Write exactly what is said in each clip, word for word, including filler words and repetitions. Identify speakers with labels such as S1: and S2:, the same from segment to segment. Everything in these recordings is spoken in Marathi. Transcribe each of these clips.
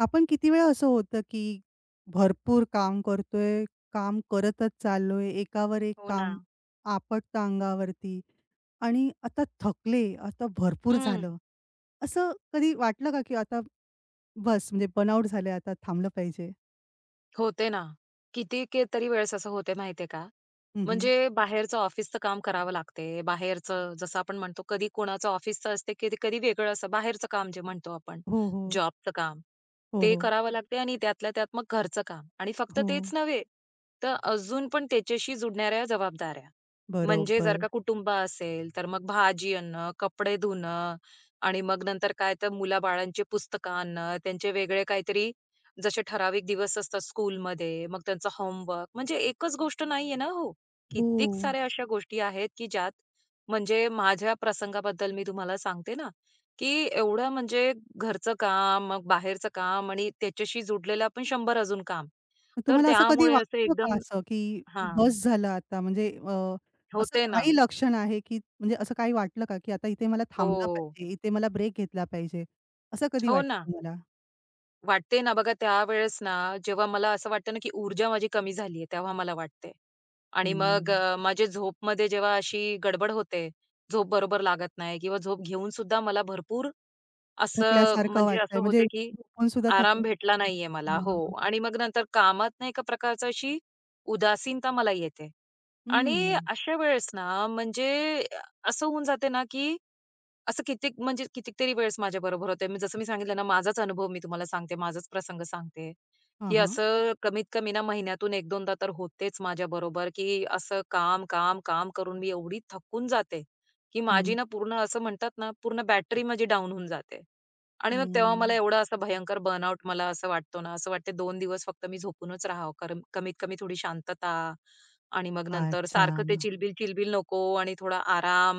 S1: आपण किती वेळा असं होतं, की भरपूर काम करतोय, काम करतच चाललोय, एकावर एक
S2: हो ना.
S1: काम आपटतं अंगावरती आणि आता थकले, आता भरपूर
S2: हं.
S1: झालं. असं कधी वाटलं का, की आता बस म्हणजे बर्नआउट झालंय, आता थांबलं पाहिजे?
S2: होते ना. किती के तरी वेळेस असं होते माहितीये का,
S1: हं, हं.
S2: म्हणजे बाहेरचं ऑफिसचं काम करावं लागते. बाहेरचं जसं आपण म्हणतो कधी कोणाचं ऑफिसचं असते, कधी कधी वेगळं असं बाहेरचं काम जे म्हणतो आपण
S1: हो, हो.
S2: जॉबचं काम,
S1: हो,
S2: ते
S1: हो.
S2: करावं लागते आणि त्यातल्या त्यात मग घरचं काम आणि फक्त
S1: हो.
S2: तेच नव्हे, तर अजून पण त्याच्याशी जुडणाऱ्या जबाबदाऱ्या. म्हणजे
S1: बरोबर.
S2: जर का कुटुंब असेल, तर मग भाजी आणणं, कपडे धुणं आणि मग नंतर काय तर मुलाबाळांची पुस्तकं आणणं, त्यांचे वेगळे काहीतरी जसे ठराविक दिवस असतात स्कूलमध्ये, मग त्यांचं होमवर्क म्हणजे एकच गोष्ट नाहीये ना हो.
S1: हो.
S2: कित्येक साऱ्या अशा गोष्टी आहेत, की ज्यात म्हणजे माझ्या प्रसंगाबद्दल मी तुम्हाला सांगते ना, की एवढं म्हणजे घरचं काम, मग बाहेरचं काम आणि त्याच्याशी जुडलेलं पण शंभर अजून काम.
S1: मग
S2: तर
S1: तुम्हाला असं कधी
S2: त्यामुळे असं
S1: वाटलं
S2: एकदम
S1: का असं, की
S2: हां,
S1: बस झालं आता म्हणजे अ, असं
S2: होते ना.
S1: काही लक्षण आहे, की म्हणजे असं काही वाटलं का, की आता इथे मला थांबलं
S2: हो.
S1: पाहिजे, इथे मला ब्रेक घेतला पाहिजे, असं कधी
S2: हो
S1: वाटलं
S2: ना.
S1: तुम्हाला?
S2: वाटते ना बघा त्यावेळेस ना, जेव्हा मला असं वाटतं ना, की ऊर्जा माझी कमी झाली तेव्हा मला वाटते. आणि मग
S1: हं.
S2: अ, माझी झोपमध्ये जेव्हा अशी गडबड होते, झोप बरोबर लागत नाही किंवा झोप घेऊन सुद्धा मला भरपूर असं
S1: थकल्यासारखं
S2: म्हणजे असं
S1: वाटतंय म्हणजे
S2: होते की
S1: झोपून सुद्धा
S2: आराम
S1: थकल्यासारखं
S2: भेटला
S1: वाटतंय.
S2: नाहीये मला. हो.
S1: हां.
S2: आणि मग नंतर कामात ना एका प्रकारची अशी उदासीनता मला येते. आणि
S1: हं.
S2: अशा वेळेस ना म्हणजे असं होऊन जाते ना, की असं कित्येक म्हणजे कितीतरी वेळेस माझ्याबरोबर होतंय. मी जसं मी सांगितलं ना, माझाच अनुभव मी तुम्हाला सांगते, माझाच प्रसंग सांगते,
S1: हां,
S2: की
S1: हां.
S2: असं कमीत कमी ना महिन्यातून एक-2दा तर होतेच माझ्याबरोबर, की असं काम, काम, काम करून मी एवढी थकून जाते, की
S1: हं.
S2: माझी ना पूर्ण असं म्हणतात ना, पूर्ण बॅटरी माझी डाउन होऊन जाते. आणि मग
S1: हं.
S2: तेव्हा मला एवढा असा भयंकर बर्नआउट मला असं वाटतो ना, असं वाटते दोन दिवस फक्त मी झोपूनच राहावं. कारण कमीत कमी थोडी शांतता आणि मग नंतर
S1: अच्छा.
S2: सारखं ते चिलबिल-चिलबिल नको आणि थोडा आराम.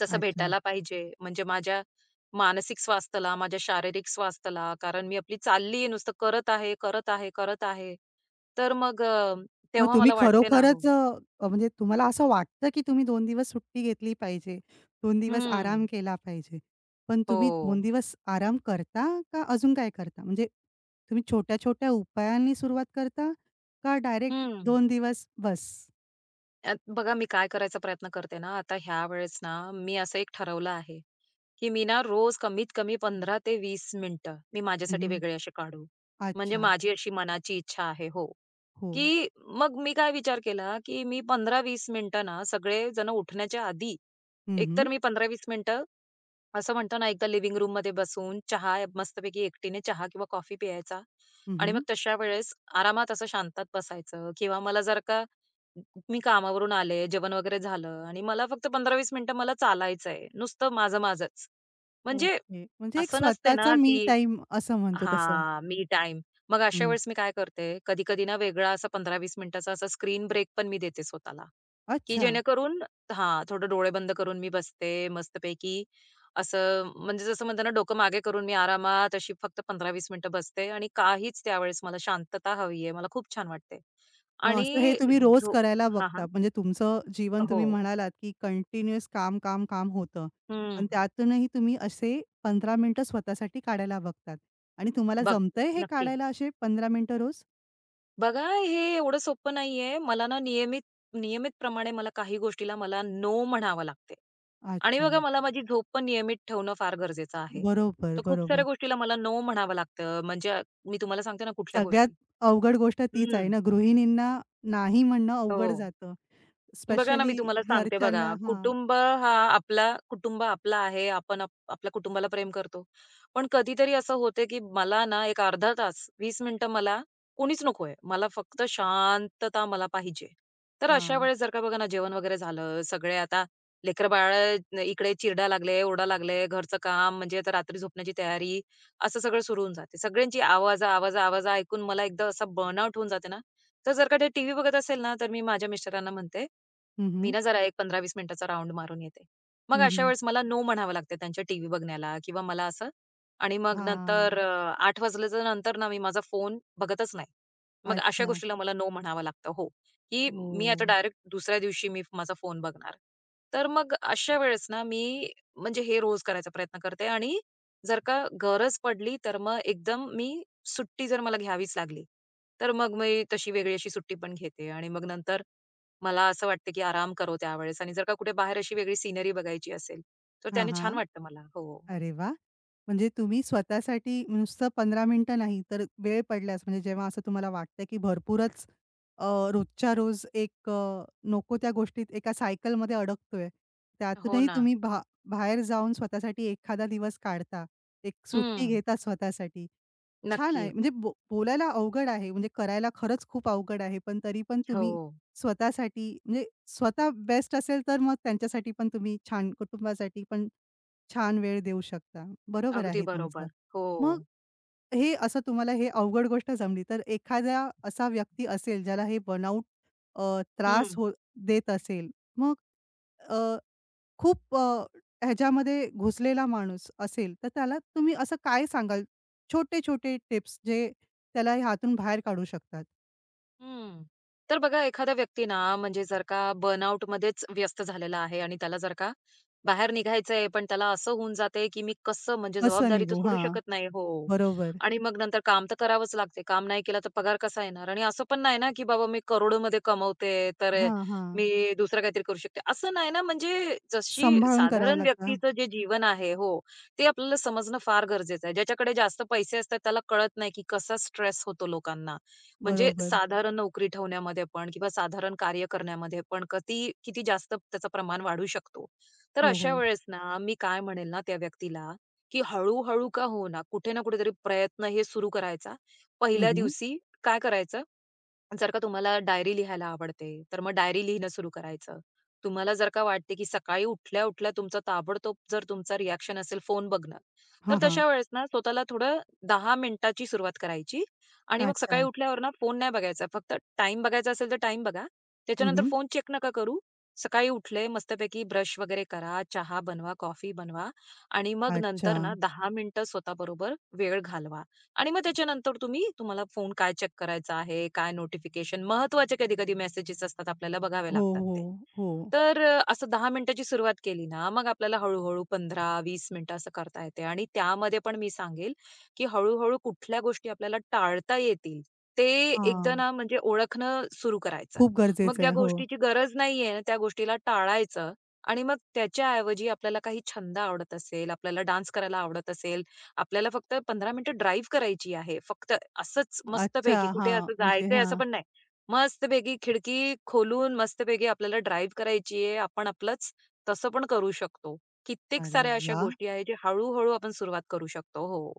S2: जसं
S1: अच्छा.
S2: भेटायला पाहिजे. म्हणजे माझ्या मानसिक स्वास्थ्याला, माझ्या शारीरिक स्वास्थ्याला, कारण मी आपली चालली आहे, नुसतं करत आहे, करत आहे, करत आहे. तर मग अ,
S1: मग
S2: तेव्हा
S1: तुम्ही
S2: मला वाटते ना हो.
S1: खरोखरच अ, म्हणजे तुम्हाला असं वाटतं, की तुम्ही दोन दिवस सुट्टी घेतली पाहिजे, दोन दिवस
S2: हं.
S1: आराम केला पाहिजे. पण तुम्ही दोन
S2: हो.
S1: दिवस आराम करता का अजून काय करता? म्हणजे तुम्ही छोट्या-छोट्या उपायांनी सुरुवात करता का डायरेक्ट
S2: हं.
S1: दोन दिवस बस?
S2: अ, बघा मी काय करायचा प्रयत्न करते ना, आता ह्या वेळेस ना मी असं एक ठरवलं आहे, की मी ना रोज कमीत कमी पंधरा ते वीस मिनिटं मी माझ्यासाठी
S1: हं,
S2: वेगळे असे काढू. म्हणजे
S1: अच्छा.
S2: माझी अशी मनाची इच्छा आहे. हो.
S1: हो.
S2: की मग मी काय विचार केला, की मी पंधरा ते वीस मिनिटं ना सगळे जण उठण्याच्या आधी,
S1: हं, हं.
S2: एकतर मी पंधरा ते वीस मिनिटं असं म्हणतो ना एकदा लिव्हिंग रूममध्ये बसून चहा मस्तपैकी एकटीने चहा किंवा कॉफी प्यायचा
S1: हं,
S2: आणि मग
S1: हं.
S2: तशा वेळेस आरामात असं शांतात बसायचं किंवा मला जर का मी कामावरून आले, जेवण वगैरे झालं आणि मला फक्त पंधरा ते वीस मिनिटं मला चालायचंय. नुसतं माझं माझंच. म्हणजे
S1: ओके. म्हणजे एक
S2: असं नसते
S1: स्वतःचा
S2: ना,
S1: मी
S2: की
S1: टाईम असं म्हणतो तसं.
S2: हां, मी टाइम, मग अशा
S1: हं.
S2: वेळेस मी काय करते, कधी-कधी ना वेगळा असा पंधरा ते वीस मिनिटाचा असा स्क्रीन ब्रेक पण मी देते स्वतःला, की
S1: अच्छा.
S2: जेणेकरून हां, थोडं डोळे बंद करून मी बसते मस्तपैकी. असं म्हणजे जसं म्हणतात ना डोकं मागे करून मी आरामात अशी फक्त पंधरा ते वीस मिनिटं बसते आणि काहीच त्यावेळेस मला शांतता हवी आहे. मला खूप छान वाटते.
S1: मग असं हे
S2: आणि
S1: तुम्ही रोज
S2: झो
S1: करायला
S2: हां, हां.
S1: बघता. म्हणजे तुमचं जीवन
S2: हो.
S1: तुम्ही म्हणालात, की कंटिन्युअस काम, काम, काम होतं.
S2: हं.
S1: पण त्यातूनही तुम्ही असे पंधरा मिनिटं स्वतःसाठी काढायला बघतात आणि तुम्हाला
S2: बघ,
S1: जमतंय हे
S2: नक्की.
S1: काढायला असे पंधरा मिनिटं रोज?
S2: बघा, हे एवढं सोपं नाहीये. मला ना नियमित नियमित प्रमाणे मला काही गोष्टीला मला नो म्हणावं लागते. आणि
S1: अच्छा.
S2: बघा मला माझी झोप पण नियमित ठेवणं फार गरजेचं आहे.
S1: बरोबर,
S2: तर खूप
S1: बरोबर.
S2: साऱ्या गोष्टीला मला नो म्हणावं लागतं. म्हणजे मी तुम्हाला सांगते ना कुठल्या
S1: सगळ्यात
S2: गोष्टी.
S1: अवघड गोष्ट तीच आहे
S2: हं.
S1: ना, गृहिणींना नाही म्हणणं
S2: हो.
S1: अवघड जातं.
S2: बघा ना, मी
S1: स्पेशली
S2: तुम्हाला सांगते बघा,
S1: घरच्यांना हां,
S2: कुटुंब हा आपला कुटुंब आपला आहे. आपण आप आपल्या कुटुंबाला प्रेम करतो. पण कधीतरी असं होते, की मला ना एक अर्धा तास, वीस मिनिटं मला कोणीच नकोय. मला फक्त शांतता मला पाहिजे. तर अशा
S1: हां.
S2: वेळेस जर का बघा ना, जेवण वगैरे झालं, सगळे आता लेकरं-बाळं इकडे चिरडा लागले, ओरडा लागले, घरचं काम म्हणजे आता रात्री झोपण्याची तयारी, असं सगळं सुरू होऊन जाते. सगळ्यांची आवाजा, आवाजा, आवाजा ऐकून मला एकदा असा बर्नआउट होऊन जाते ना, तर जर का ते टीव्ही बघत असेल ना, तर मी माझ्या मिस्टरांना म्हणते
S1: हं,
S2: मी
S1: हं.
S2: ना जरा एक पंधरा ते वीस मिनिटाचा राउंड मारून येते. मग अशा
S1: हं,
S2: वेळेस मला नो म्हणावं लागते त्यांच्या टीव्ही बघण्याला किंवा मला असं आणि मग नंतर अ, आठ वाजल्याच्या नंतर ना मी माझा फोन बघतच नाही. मग अशा
S1: अच्छा.
S2: गोष्टीला मला नो म्हणावं लागतं हो, की मी आता
S1: हो.
S2: डायरेक्ट दुसऱ्या दिवशी मी माझा फोन बघणार. तर मग अशा वेळेस ना मी म्हणजे हे रोज करायचा प्रयत्न करते आणि जर का गरज पडली तर मग एकदम मी सुट्टी जर मला घ्यावीच लागली, तर मग मी तशी वेगळी अशी सुट्टी पण घेते आणि मग नंतर मला असं वाटतं, की आराम करो त्यावेळेस आणि जर का कुठे बाहेर अशी वेगळी सिनरी बघायची असेल, तर
S1: हां,
S2: त्याने छान
S1: हां.
S2: वाटतं मला. हो.
S1: अरे वा, म्हणजे तुम्ही स्वतःसाठी नुसतं पंधरा मिनिटं नाही, तर वेळ पडल्यास म्हणजे जेव्हा असं तुम्हाला वाटतं, की भरपूरच अ, रोजच्या रोज एक अ, नको त्या गोष्टीत एका सायकलमध्ये अडकतोय.
S2: हो
S1: त्यातूनही
S2: ना.
S1: तुम्ही भा बाहेर जाऊन स्वतःसाठी एखादा दिवस काढता. एक सुट्टी
S2: हं.
S1: घेता स्वतःसाठी. छान
S2: नक्की.
S1: आहे. म्हणजे बो बोलायला अवघड आहे. म्हणजे करायला खरंच खूप अवघड आहे. पण तरी पण
S2: हो.
S1: तुम्ही स्वतःसाठी म्हणजे स्वतः बेस्ट असेल, तर मग त्यांच्यासाठी पण तुम्ही छान कुटुंबासाठी पण छान वेळ देऊ शकता. बरोबर
S2: अगदी
S1: आहे तुमचं.
S2: बरोबर. हो.
S1: मग हे असं तुम्हाला हे अवघड गोष्ट जमली, तर एखादा असा व्यक्ती असेल ज्याला हे बर्नआउट अ, त्रास
S2: हं.
S1: हो देत असेल, मग खूप अ, ह्याच्यामध्ये घुसलेला माणूस असेल, तर त्याला तुम्ही असं काय सांगाल? छोटे-छोटे टिप्स जे त्याला ह्यातून बाहेर काढू शकतात.
S2: हं. तर बघा एखादा व्यक्ती ना, म्हणजे जर का बर्नआउटमध्येच व्यस्त झालेला आहे आणि त्याला जर का बाहेर निघायचंय, पण त्याला असं होऊन जातंय, की मी कसं म्हणजे
S1: कसं
S2: जबाबदारी तर
S1: निघू?
S2: सोडू
S1: हां,
S2: शकत नाही हो.
S1: बरोबर.
S2: आणि मग नंतर काम तर करावंच लागते. काम नाही केलं तर पगार कसा येणार? आणि असं पण नाही ना, की बाबा मी करोडोमध्ये कमवते, तर
S1: हां, हां.
S2: मी दुसरं काहीतरी करू शकते. असं नाही ना, म्हणजे जशी
S1: सांभाळून करावं
S2: साधारण
S1: लागतं.
S2: व्यक्तीचं जे जीवन आहे हो, ते आपल्याला समजणं फार गरजेचं आहे. ज्याच्याकडे जास्त पैसे असतात त्याला कळत नाही, की कसा स्ट्रेस होतो लोकांना. म्हणजे
S1: बरोबर.
S2: साधारण नोकरी ठेवण्यामध्ये पण किंवा साधारण कार्य करण्यामध्ये पण कती किती जास्त त्याचं प्रमाण वाढू शकतो. तर
S1: हो, हो.
S2: अशा वेळेस ना, मी काय म्हणेल ना त्या व्यक्तीला, की हळू-हळू का हो ना, कुठे ना कुठेतरी प्रयत्न हे सुरू करायचा.
S1: हं,
S2: पहिल्या
S1: हं.
S2: दिवशी काय करायचं, जर का तुम्हाला डायरी लिहायला आवडते, तर मग डायरी लिहिणं सुरू करायचं. तुम्हाला जर का वाटते, की सकाळी उठल्या-उठल्या तुमचा ताबडतोब जर तुमचा रिएक्शन असेल फोन बघणं, तर
S1: हां,
S2: तशा वेळेस ना स्वतःला थोडं दहा मिनिटाची सुरुवात करायची आणि मग सकाळी
S1: अच्छा.
S2: उठल्यावर ना फोन नाही बघायचा. फक्त टाईम बघायचा असेल तर टाईम बघा. त्याच्यानंतर
S1: हं,
S2: फोन चेक नका करू. सकाळी उठले मस्तपैकी ब्रश वगैरे करा, चहा बनवा, कॉफी बनवा आणि मग
S1: अच्छा.
S2: नंतर ना दहा मिनिटं स्वतःबरोबर वेळ घालवा. आणि मग त्याच्यानंतर तुम्ही तुम्हाला फोन काय चेक करायचा आहे, काय नोटिफिकेशन महत्त्वाचे कधी-कधी मेसेजेस असतात आपल्याला बघावे
S1: हो,
S2: लागतात
S1: हो,
S2: ते.
S1: हो.
S2: तर अ, असं दहा मिनिटाची सुरुवात केली ना, मग आपल्याला हळू-हळू पंधरा ते वीस मिनिटं असं करता येते आणि त्यामध्ये पण मी सांगेल, की हळू कुठल्या गोष्टी आपल्याला टाळता येतील, ते एकदा
S1: हां.
S2: ना म्हणजे ओळखणं सुरू करायचं.
S1: खूप
S2: मग
S1: गरजेचं
S2: ज्या
S1: आहे. हो.
S2: गोष्टीची गरज नाहीये, ना, त्या गोष्टीला टाळायचं आणि मग त्याच्याऐवजी आपल्याला काही छंद आवडत असेल, आपल्याला डान्स करायला आवडत असेल, आपल्याला फक्त पंधरा मिनिटं ड्राईव्ह करायची आहे. फक्त असंच
S1: अच्छा.
S2: मस्तपैकी कुठे
S1: हां.
S2: असं
S1: म्हणजे
S2: जायचंय असं
S1: हां.
S2: पण नाही. मस्तपैकी खिडकी खोलून मस्तपैकी आपल्याला ड्राईव्ह करायची आहे. आपण आपलंच तसं पण करू शकतो. कित्येक
S1: अरे
S2: साऱ्या अशा
S1: वाह!
S2: गोष्टी आहेत, जे हळू-हळू आपण सुरुवात करू शकतो. हो.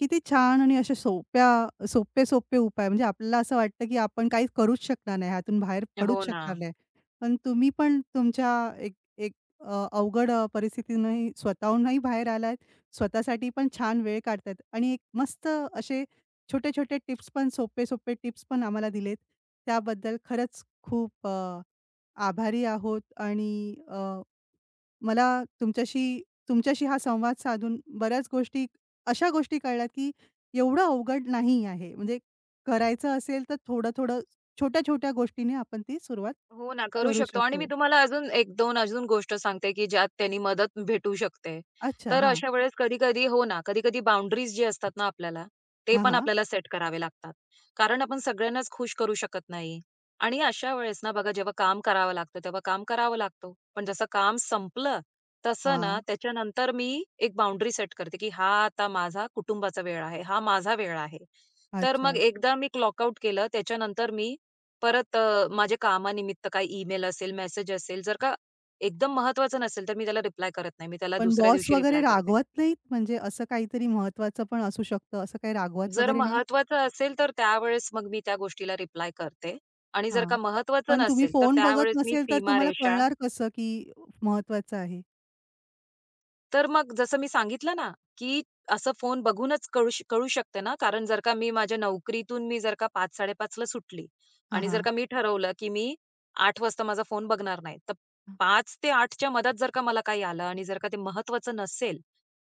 S1: किती छान आणि अशा सोप्या सोपे-सोपे उपाय म्हणजे आपल्याला असं वाटतं, की आपण काहीच करूच शकणार नाही, ह्यातून बाहेर
S2: हो
S1: पडूच
S2: ना.
S1: शकणार नाही. पण तुम्ही पण तुमच्या एक एक अ, अवघड अ, परिस्थितीतूनही स्वतःहूनही बाहेर आलात. स्वतःसाठी पण छान वेळ काढतायत आणि एक मस्त असे छोटे-छोटे टिप्स पण सोपे-सोपे टिप्स पण आम्हाला दिलेत. त्याबद्दल खरंच खूप अ, आभारी आहोत आणि अ मला तुमच्याशी तुमच्याशी हा संवाद साधून बऱ्याच गोष्टी अशा गोष्टी कळल्या, की एवढं अवघड नाही आहे. म्हणजे करायचं असेल तर थोडं-थोडं, छोट्या-छोट्या गोष्टीने आपण ती सुरुवात
S2: हो ना, करू
S1: करू
S2: शकतो आणि
S1: शकतो.
S2: मी तुम्हाला अजून एक दोन अजून गोष्ट सांगते, की ज्यात त्यांनी मदत भेटू शकते.
S1: अच्छा.
S2: तर
S1: हां.
S2: अशा वेळेस कधी-कधी हो ना, कधी-कधी बाउंडरीज जे असतात ना आपल्याला, ते
S1: हां,
S2: पण
S1: हां.
S2: आपल्याला सेट करावे लागतात. कारण आपण सगळ्यांनाच खुश करू शकत नाही. आणि अशा वेळेस ना बघा जेव्हा काम करावं लागतं, तेव्हा काम करावं लागतो. पण जसं काम संपलं, तसं ना
S1: हां.
S2: त्याच्यानंतर मी एक बाउंडरी सेट करते, की हा आता माझा कुटुंबाचा वेळ आहे, हा माझा वेळ आहे. तर मग
S1: अच्छा.
S2: एकदा मी क्लॉकआउट केलं त्याच्यानंतर मी परत अ, माझ्या कामानिमित्त काही ईमेल असेल, मेसेज असेल, जर का एकदम महत्त्वाचं नसेल, तर मी त्याला रिप्लाय करत नाही. मी त्याला
S1: पण
S2: दुसऱ्या
S1: बॉस
S2: दिवशी
S1: वगैरे
S2: रिप्लाय करते.
S1: रागवत नाहीत? म्हणजे असं काहीतरी महत्वाचं पण असू शकतं, असं काही रागवत
S2: जर
S1: वगैरे नाही?
S2: महत्त्वाचं असेल, तर त्यावेळेस मग मी त्या गोष्टीला रिप्लाय करते आणि जर
S1: हां.
S2: का महत्त्वाचं
S1: पण तुम्ही
S2: नसेल, तर
S1: फोन बघत
S2: त्यावेळेस मी
S1: नसेल तर तुम्हाला
S2: सीमारेषा
S1: कळणार कसं, की महत्वाचं आहे?
S2: तर मग जसं मी सांगितलं ना, की असं फोन बघूनच कळू श कळू शकते ना, कारण जर का मी माझ्या नोकरीतून मी जर का पाच-साडे पाच ला सुटली
S1: हां,
S2: आणि जर
S1: हां.
S2: का मी ठरवलं, की मी आठ वाजता माझा फोन बघणार नाही. तर पाच ते आठ च्या मधात जर का मला काही आलं आणि जर का ते महत्त्वाचं नसेल,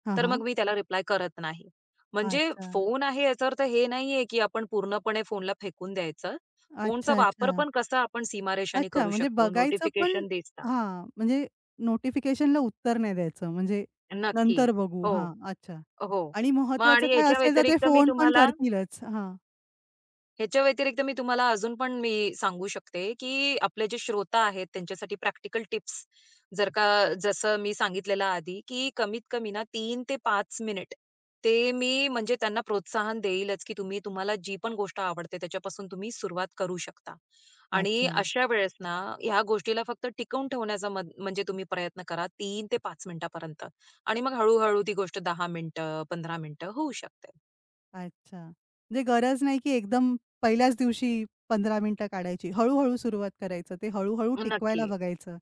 S1: हां,
S2: तर
S1: हां.
S2: मग मी त्याला रिप्लाय करत नाही. म्हणजे
S1: अच्छा.
S2: फोन आहे याचा अर्थ हे नाहीये, की आपण पूर्णपणे फोनला फेकून द्यायचं. फोनचा
S1: अच्छा,
S2: वापर
S1: अच्छा.
S2: पण कसा आपण सीमारेषाने
S1: अच्छा,
S2: करू
S1: म्हणजे
S2: शकतो.
S1: बघायचं पण
S2: नोटिफिकेशन दिसतात.
S1: हां, म्हणजे नोटिफिकेशनला उत्तर नाही द्यायचं, म्हणजे
S2: नक्की.
S1: नंतर बघू.
S2: हो.
S1: हां, अच्छा.
S2: हो.
S1: आणि
S2: मग
S1: महत्वाचं
S2: आणि
S1: काय
S2: याच्या
S1: असेल तर ते
S2: व्यतिरिक्त मी
S1: फोन पण
S2: तुम्हाला
S1: करतीलच. हां,
S2: ह्याच्या व्यतिरिक्त मी तुम्हाला अजून पण मी सांगू शकते, की आपले जे श्रोता आहेत त्यांच्यासाठी प्रॅक्टिकल टिप्स जर का जसं मी सांगितलेलं आधी, की कमीत कमी ना तीन ते पाच मिनिट ते मी म्हणजे त्यांना प्रोत्साहन देईलच, की तुम्ही तुम्हाला जी पण गोष्ट आवडते त्याच्यापासून तुम्ही सुरुवात करू शकता. आणि
S1: अच्छा,
S2: अशा वेळेस ना ह्या गोष्टीला फक्त टिकवून ठेवण्याचा मन म्हणजे तुम्ही प्रयत्न करा तीन ते पाच मिनिटापर्यंत आणि मग हळू ती गोष्ट दहा मिनिटं, पंधरा मिनिटं होऊ शकते.
S1: अच्छा. म्हणजे गरज नाही, की एकदम पहिल्याच दिवशी पंधरा मिनिटं काढायची. हळू सुरुवात करायचं. ते हळू टिकवायला
S2: नक्की.
S1: बघायचं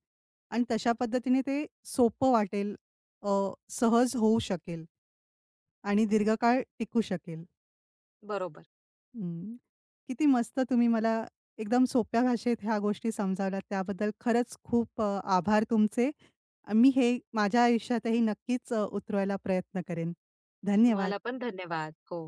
S1: आणि तशा पद्धतीने ते सोपं वाटेल, अ, सहज होऊ शकेल आणि दीर्घकाळ टिकू शकेल.
S2: बरोबर.
S1: हं. किती मस्त तुम्ही मला एकदम सोप्या भाषेत ह्या गोष्टी समजावल्यात. त्याबद्दल खरंच खूप अ, आभार तुमचे. मी हे माझ्या आयुष्यातही नक्कीच अ, उतरवायला प्रयत्न करेन. धन्यवाद.
S2: तुम्हाला पण धन्यवाद. हो.